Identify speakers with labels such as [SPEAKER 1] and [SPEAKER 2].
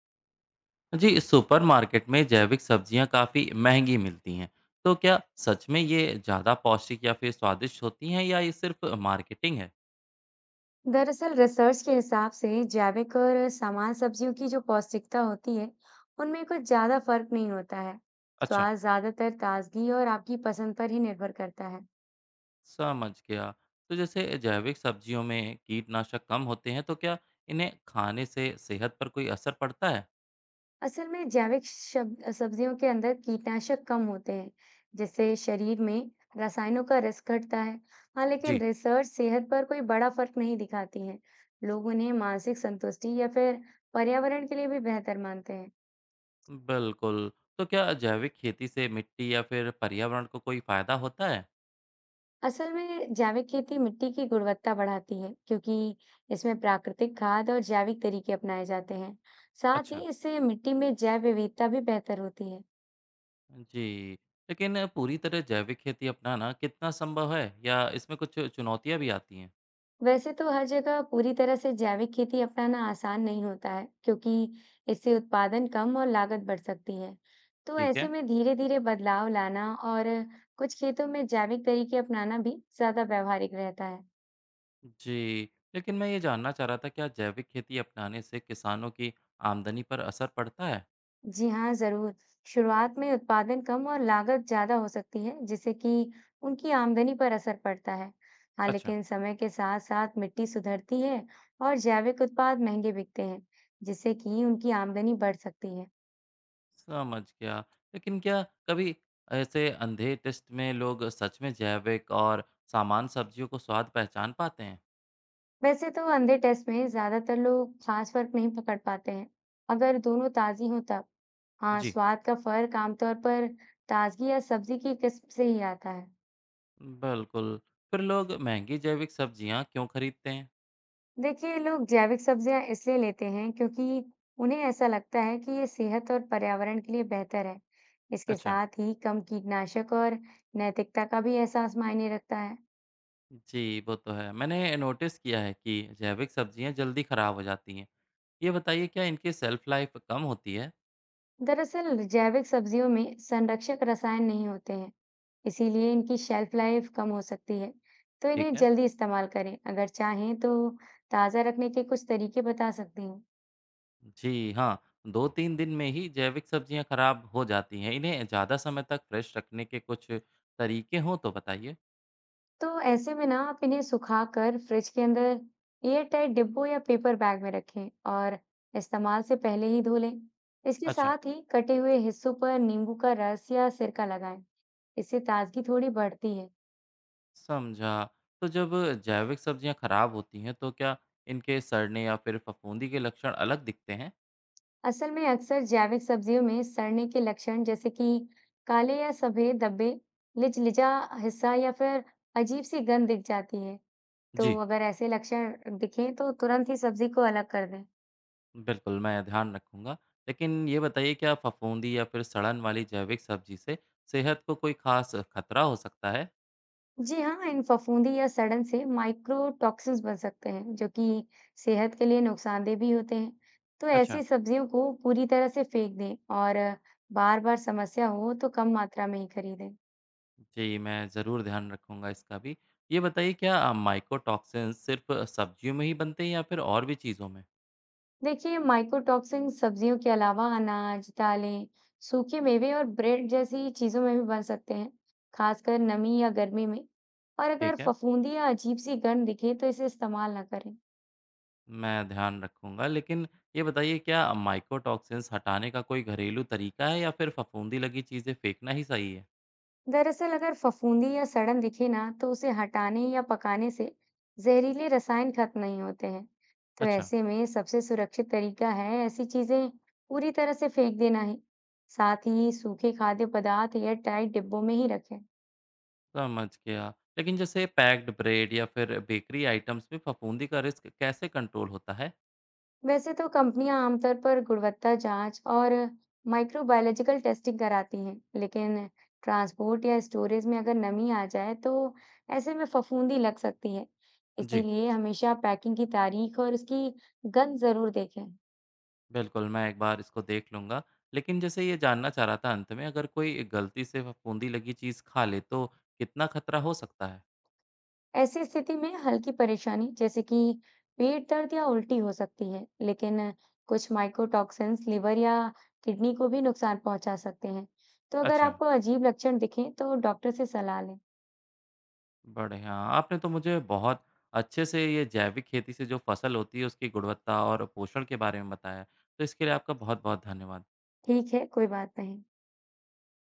[SPEAKER 1] जी, supermarket में जैविक सब्जियां काफ़ी महंगी मिलती हैं। तो क्या सच में ये ज़्यादा पौष्टिक या फिर स्वादिष्ट होती हैं, या ये सिर्फ मार्केटिंग है?
[SPEAKER 2] दरअसल रिसर्च के हिसाब से जैविक और सामान्य सब्जियों की जो पौष्टिकता होती है, उनमें कुछ ज्यादा फर्क नहीं होता है।
[SPEAKER 1] अच्छा।
[SPEAKER 2] स्वाद ज्यादातर ताजगी और आपकी पसंद पर ही निर्भर करता है।
[SPEAKER 1] समझ गया। तो जैसे जैविक सब्जियों में कीटनाशक कम होते हैं, तो क्या इन्हें खाने से सेहत पर कोई असर पड़ता है?
[SPEAKER 2] असल में जैविक सब्जियों के अंदर कीटनाशक कम होते हैं, जिससे शरीर में रसायनों का रिस्क घटता है। हाँ, लेकिन
[SPEAKER 1] जी।
[SPEAKER 2] रिसर्च सेहत पर कोई बड़ा फर्क नहीं दिखाती है। लोग उन्हें मानसिक संतुष्टि या फिर पर्यावरण के लिए भी बेहतर मानते हैं।
[SPEAKER 1] बिल्कुल। तो क्या जैविक खेती से मिट्टी या फिर पर्यावरण को कोई फायदा होता है?
[SPEAKER 2] असल में जैविक खेती मिट्टी की गुणवत्ता बढ़ाती है क्योंकि इसमें प्राकृतिक खाद और जैविक तरीके अपनाए जाते हैं। साथ
[SPEAKER 1] अच्छा।
[SPEAKER 2] ही इससे मिट्टी में जैव विविधता भी बेहतर होती है।
[SPEAKER 1] जी। लेकिन पूरी तरह जैविक खेती अपनाना कितना संभव है, या इसमें कुछ चुनौतियां भी आती हैं?
[SPEAKER 2] वैसे तो हर जगह पूरी तरह से जैविक खेती अपनाना आसान नहीं होता है क्योंकि इससे उत्पादन कम और लागत बढ़ सकती है। तो
[SPEAKER 1] ठीक
[SPEAKER 2] ऐसे
[SPEAKER 1] है।
[SPEAKER 2] में धीरे धीरे बदलाव लाना और कुछ खेतों में जैविक तरीके अपनाना भी ज्यादा व्यवहारिक रहता है।
[SPEAKER 1] जी, लेकिन मैं ये जानना चाह रहा था, क्या जैविक खेती अपनाने से किसानों की आमदनी पर असर पड़ता है?
[SPEAKER 2] जी हाँ, ज़रूर। शुरुआत में उत्पादन कम और लागत ज़्यादा हो सकती है, जिससे कि उनकी आमदनी पर असर पड़ता है। हाँ,
[SPEAKER 1] अच्छा,
[SPEAKER 2] लेकिन समय के साथ-साथ मिट्टी सुधरती है और जैविक उत्पाद महंगे बिकते हैं, जिससे कि उनकी आमदनी बढ़ सकती है।
[SPEAKER 1] समझ गया। लेकिन क्या कभी ऐसे अंधे टेस्ट में लोग सच में जैविक और सामान सब्जियों को स्वाद पहचान पाते हैं?
[SPEAKER 2] वैसे तो अंधे टेस्ट में ज़्यादातर लोग खास फर्क नहीं पकड़ पाते हैं, अगर दोनों ताज़ी हों तब। हाँ,
[SPEAKER 1] जी,
[SPEAKER 2] स्वाद का फर्क आमतौर पर ताजगी या सब्जी की किस्म से ही आता है।
[SPEAKER 1] बिल्कुल। फिर लोग महंगी जैविक सब्जियां क्यों खरीदते हैं?
[SPEAKER 2] देखिए, लोग जैविक सब्जियां इसलिए लेते हैं क्योंकि उन्हें ऐसा लगता है कि ये सेहत और पर्यावरण के लिए बेहतर है। इसके
[SPEAKER 1] अच्छा,
[SPEAKER 2] साथ ही कम कीटनाशक और नैतिकता का भी एहसास मायने रखता है।
[SPEAKER 1] जी वो तो है। मैंने नोटिस किया है कि जैविक सब्जियां जल्दी खराब हो जाती हैं। ये बताइए, क्या इनकी शेल्फ लाइफ कम होती है?
[SPEAKER 2] दरअसल जैविक सब्जियों में संरक्षक रसायन नहीं होते हैं, इसीलिए इनकी शेल्फ लाइफ कम हो सकती है। तो
[SPEAKER 1] ठीक
[SPEAKER 2] इन्हें
[SPEAKER 1] है।
[SPEAKER 2] जल्दी इस्तेमाल करें। अगर चाहें तो ताज़ा रखने के कुछ तरीके बता सकती हूँ।
[SPEAKER 1] जी हाँ, 2-3 दिन में ही जैविक सब्जियाँ खराब हो जाती हैं। इन्हें ज़्यादा समय तक फ्रेश रखने के कुछ तरीके हों तो बताइए?
[SPEAKER 2] तो ऐसे में ना आप इन्हें सुखाकर फ्रिज के अंदर एयर टाइट डिब्बों या पेपर बैग में रखें और इस्तेमाल से पहले ही धो लें। इसके
[SPEAKER 1] अच्छा,
[SPEAKER 2] साथ ही कटे हुए हिस्सों पर नींबू का रस या सिरका लगाएं। इससे ताजगी थोड़ी बढ़ती है।
[SPEAKER 1] समझा। तो जब जैविक सब्जियाँ खराब होती हैं तो क्या इनके सड़ने या फिर फफूंदी के लक्षण अलग दिखते हैं?
[SPEAKER 2] असल में अक्सर जैविक सब्जियों में सड़ने के लक्षण जैसे कि काले या सफेद धब्बे, लिचलिचा हिस्सा या फिर अजीब सी गंध दिख जाती है। तो
[SPEAKER 1] जी,
[SPEAKER 2] अगर ऐसे लक्षण दिखें तो तुरंत ही सब्जी को अलग कर दें।
[SPEAKER 1] बिल्कुल। मैं ध्यान रखूँगा। लेकिन ये बताइए, क्या फफूंदी या फिर सड़न वाली जैविक सब्जी से सेहत को कोई ख़ास खतरा हो सकता है?
[SPEAKER 2] जी हाँ, इन फफूंदी या सड़न से माइक्रो टॉक्सिन्स बन सकते हैं, जो कि सेहत के लिए नुकसानदेह भी होते हैं। तो
[SPEAKER 1] अच्छा।
[SPEAKER 2] ऐसी सब्जियों को पूरी तरह से फेंक दें और बार-बार समस्या हो तो कम मात्रा में ही खरीदें।
[SPEAKER 1] जी, मैं ज़रूर ध्यान रखूँगा इसका भी। ये बताइए, क्या माइकोटॉक्सिन्स सिर्फ़ सब्जियों में ही बनते हैं या फिर और भी चीज़ों में?
[SPEAKER 2] देखिए, माइक्रो टॉक्सिन सब्जियों के अलावा अनाज, दालें, सूखे मेवे और ब्रेड जैसी चीजों में भी बन सकते हैं, खासकर नमी या गर्मी में। और अगर
[SPEAKER 1] ठीक है,
[SPEAKER 2] फफूंदी या अजीब सी गंध दिखे तो इसे इस्तेमाल ना करें।
[SPEAKER 1] मैं ध्यान रखूँगा। लेकिन ये बताइए, क्या माइकोटॉक्सिन्स हटाने का कोई घरेलू तरीका है या फिर फफूंदी लगी चीज़ें फेंकना ही सही है?
[SPEAKER 2] दरअसल अगर फफूंदी या सड़न दिखे ना तो उसे हटाने या पकाने से जहरीले रसायन खत्म नहीं होते हैं। तो
[SPEAKER 1] अच्छा,
[SPEAKER 2] ऐसे में सबसे सुरक्षित तरीका है ऐसी चीजें पूरी तरह से फेंक देना ही। साथ ही सूखे खाद्य पदार्थ एयर टाइट डिब्बों में ही रखें।
[SPEAKER 1] समझ गया। लेकिन जैसे पैक्ड ब्रेड या फिर बेकरी आइटम्स में फफूंदी का रिस्क कैसे कंट्रोल होता है?
[SPEAKER 2] वैसे तो कंपनियां आमतौर पर गुणवत्ता जांच और माइक्रोबायोलॉजिकल टेस्टिंग कराती हैं, लेकिन ट्रांसपोर्ट या स्टोरेज में अगर नमी आ जाए तो ऐसे में फफूंदी लग सकती है।
[SPEAKER 1] जी।
[SPEAKER 2] इसीलिए हमेशा पैकिंग की तारीख और उसकी गंध जरूर देखें।
[SPEAKER 1] बिल्कुल, मैं एक बार इसको देख लूँगा। लेकिन जैसे ये जानना चाह रहा था, अंत में अगर कोई गलती से फफूंदी लगी चीज़ खा ले तो कितना खतरा हो सकता है?
[SPEAKER 2] ऐसी स्थिति में हल्की परेशानी जैसे कि पेट दर्द या उल्टी हो सकती है, लेकिन कुछ माइकोटॉक्सिन्स लिवर या किडनी को भी नुकसान पहुंचा सकते हैं। तो अगर
[SPEAKER 1] अच्छा,
[SPEAKER 2] आपको अजीब लक्षण दिखें तो डॉक्टर से सलाह लें।
[SPEAKER 1] बढ़िया। आपने तो मुझे बहुत अच्छे से ये जैविक खेती से जो फसल होती है उसकी गुणवत्ता और पोषण के बारे में बताया। तो इसके लिए आपका बहुत-बहुत धन्यवाद।
[SPEAKER 2] ठीक है, कोई बात नहीं।